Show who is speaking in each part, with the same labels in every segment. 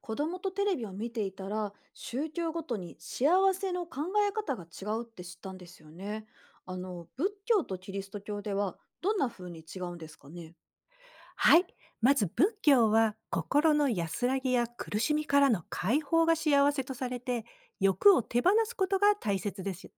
Speaker 1: 子供とテレビを見ていたら宗教ごとに幸せの考え方が違うって知ったんですよね。仏教とキリスト教ではどんな風に違うんですかね？
Speaker 2: はい。まず仏教は心の安らぎや苦しみからの解放が幸せとされて、欲を手放すことが大切です。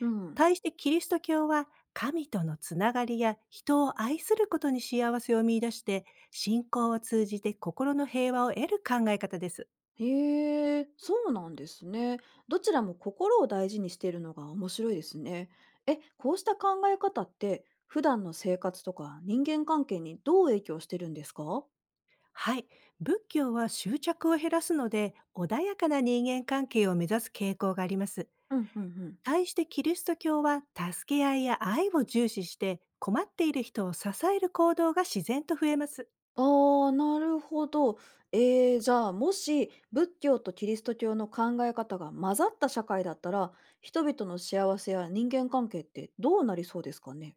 Speaker 1: うん。
Speaker 2: 対してキリスト教は神とのつながりや人を愛することに幸せを見出して、信仰を通じて心の平和を得る考え方です。
Speaker 1: へえ、そうなんですね。どちらも心を大事にしているのが面白いですね。え、こうした考え方って普段の生活とか人間関係にどう影響してるんですか？
Speaker 2: はい。仏教は執着を減らすので、穏やかな人間関係を目指す傾向があります。
Speaker 1: うんうんうん。
Speaker 2: 対してキリスト教は助け合いや愛を重視して、困っている人を支える行動が自然と増えます。
Speaker 1: ああ、なるほど。えじゃあもし仏教とキリスト教の考え方が混ざった社会だったら、人々の幸せや人間関係ってどうなりそうですかね？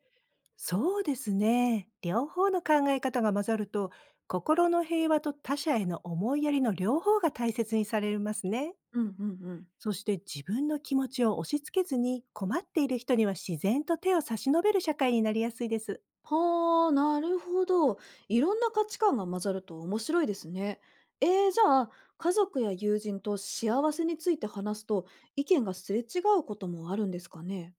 Speaker 2: そうですね。両方の考え方が混ざると、心の平和と他者への思いやりの両方が大切にされますね。
Speaker 1: うんうんうん。
Speaker 2: そして自分の気持ちを押し付けずに、困っている人には自然と手を差し伸べる社会になりやすいです。
Speaker 1: はあ、なるほど。いろんな価値観が混ざると面白いですね。じゃあ家族や友人と幸せについて話すと意見がすれ違うこともあるんですかね？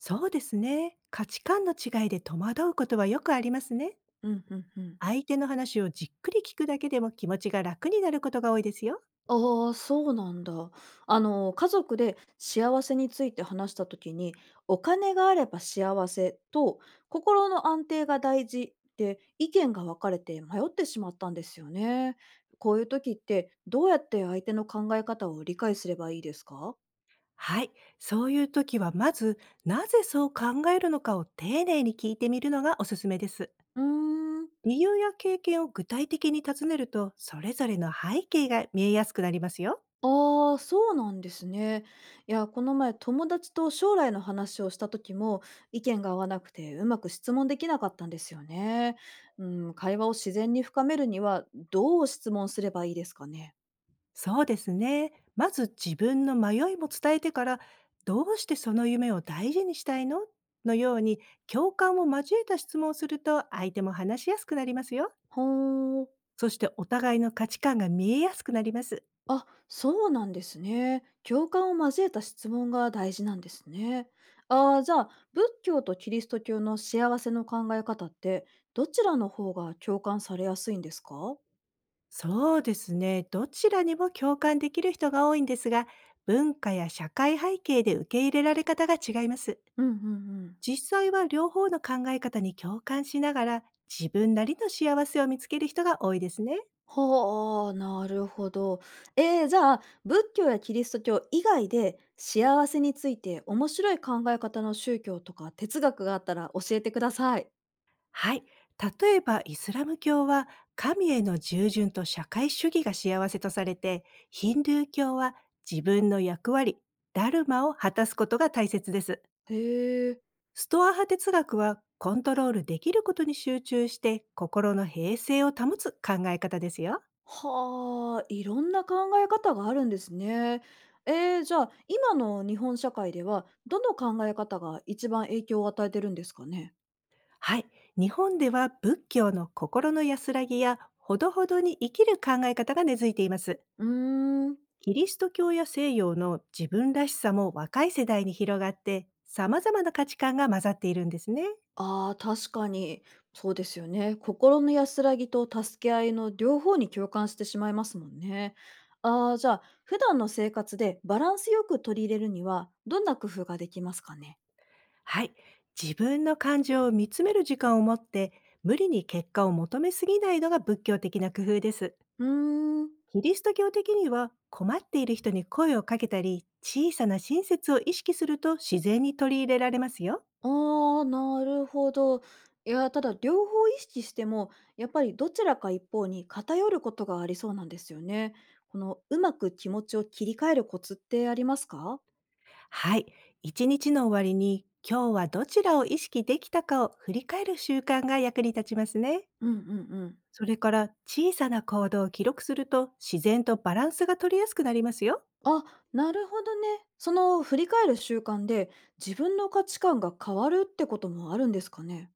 Speaker 2: そうですね。価値観の違いで戸惑うことはよくありますね。
Speaker 1: うんうんうん。
Speaker 2: 相手の話をじっくり聞くだけでも、気持ちが楽になることが多いですよ。
Speaker 1: ああ、そうなんだ。あの、家族で幸せについて話した時に、お金があれば幸せと心の安定が大事って意見が分かれて迷ってしまったんですよね。こういう時ってどうやって相手の考え方を理解すればいいですか？
Speaker 2: はい。そういう時はまず、なぜそう考えるのかを丁寧に聞いてみるのがおすすめです。
Speaker 1: うーん。
Speaker 2: 理由や経験を具体的に尋ねると、それぞれの背景が見えやすくなりますよ。
Speaker 1: ああ、そうなんですね。いや、この前友達と将来の話をした時も意見が合わなくてうまく質問できなかったんですよね。うん、会話を自然に深めるにはどう質問すればいいですかね。
Speaker 2: そうですね。まず自分の迷いも伝えてから、どうしてその夢を大事にしたいののように、共感を交えた質問をすると相手も話しやすくなりますよ。
Speaker 1: ほー。
Speaker 2: そしてお互いの価値観が見えやすくなります。
Speaker 1: あ、そうなんですね。共感を交えた質問が大事なんですね。ああ、じゃあ仏教とキリスト教の幸せの考え方ってどちらの方が共感されやすいんですか？
Speaker 2: そうですね。どちらにも共感できる人が多いんですが、文化や社会背景で受け入れられ方が違います。
Speaker 1: うんうんうん。
Speaker 2: 実際は両方の考え方に共感しながら、自分なりの幸せを見つける人が多いですね。
Speaker 1: はあ、なるほど。じゃあ仏教やキリスト教以外で幸せについて面白い考え方の宗教とか哲学があったら教えてください。
Speaker 2: はい。例えば、イスラム教は神への従順と社会主義が幸せとされて、ヒンドゥー教は自分の役割、ダルマを果たすことが大切です。
Speaker 1: へえ。
Speaker 2: ストア派哲学はコントロールできることに集中して、心の平静を保つ考え方ですよ。
Speaker 1: はあ、いろんな考え方があるんですね。じゃあ今の日本社会ではどの考え方が一番影響を与えてるんですかね？
Speaker 2: はい。日本では仏教の心の安らぎやほどほどに生きる考え方が根付いています。
Speaker 1: うーん。
Speaker 2: キリスト教や西洋の自分らしさも若い世代に広がって、様々な価値観が混ざっているんですね。
Speaker 1: ああ、確かに、そうですよね。心の安らぎと助け合いの両方に共感してしまいますもんね。ああ、じゃあ、普段の生活でバランスよく取り入れるには、どんな工夫ができますかね？
Speaker 2: はい。自分の感情を見つめる時間を持って、無理に結果を求めすぎないのが仏教的な工夫です。
Speaker 1: うーん。
Speaker 2: キリスト教的には困っている人に声をかけたり、小さな親切を意識すると自然に取り入れられますよ。
Speaker 1: ああ、なるほど。いや、ただ両方意識しても、やっぱりどちらか一方に偏ることがありそうなんですよね。この、うまく気持ちを切り替えるコツってありますか？
Speaker 2: はい。一日の終わりに今日はどちらを意識できたかを振り返る習慣が役に立ちますね。
Speaker 1: うんうんうん。
Speaker 2: それから小さな行動を記録すると、自然とバランスが取りやすくなりますよ。
Speaker 1: あ、なるほどね。その振り返る習慣で自分の価値観が変わるってこともあるんですかね。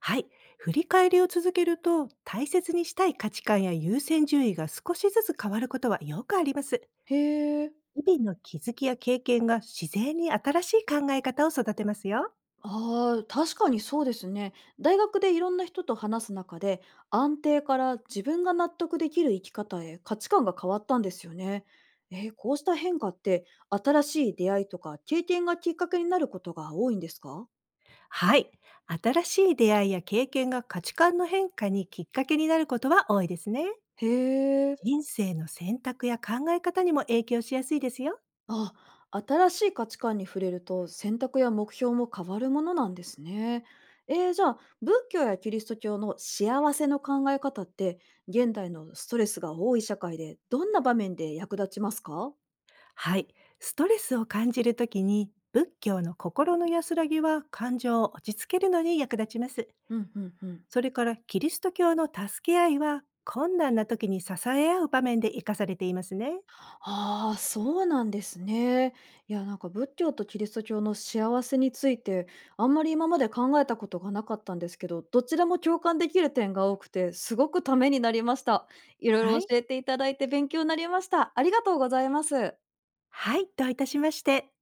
Speaker 2: はい。振り返りを続けると、大切にしたい価値観や優先順位が少しずつ変わることはよくあります。
Speaker 1: へえ。
Speaker 2: 日々の気づきや経験が自然に新しい考え方を育てますよ。
Speaker 1: ああ、確かにそうですね。大学でいろんな人と話す中で、安定から自分が納得できる生き方へ価値観が変わったんですよね。こうした変化って新しい出会いとか経験がきっかけになることが多いんですか？
Speaker 2: はい。新しい出会いや経験が価値観の変化にきっかけになることは多いですね。
Speaker 1: へえ。
Speaker 2: 人生の選択や考え方にも影響しやすいですよ。
Speaker 1: あ、新しい価値観に触れると選択や目標も変わるものなんですね。じゃあ仏教やキリスト教の幸せの考え方って現代のストレスが多い社会でどんな場面で役立ちますか？
Speaker 2: はい。ストレスを感じるときに、仏教の心の安らぎは感情を落ち着けるのに役立ちます。
Speaker 1: うんうんうん。
Speaker 2: それからキリスト教の助け合いは、困難な時に支え合う場面で生かされていますね。
Speaker 1: ああ、そうなんですね。いや、なんか仏教とキリスト教の幸せについて、あんまり今まで考えたことがなかったんですけど、どちらも共感できる点が多くて、すごくためになりました。いろい
Speaker 2: は
Speaker 1: ろ
Speaker 2: い。
Speaker 1: 教えていただいて勉強になりました。ありがとうございます。
Speaker 2: はい、どういたしまして。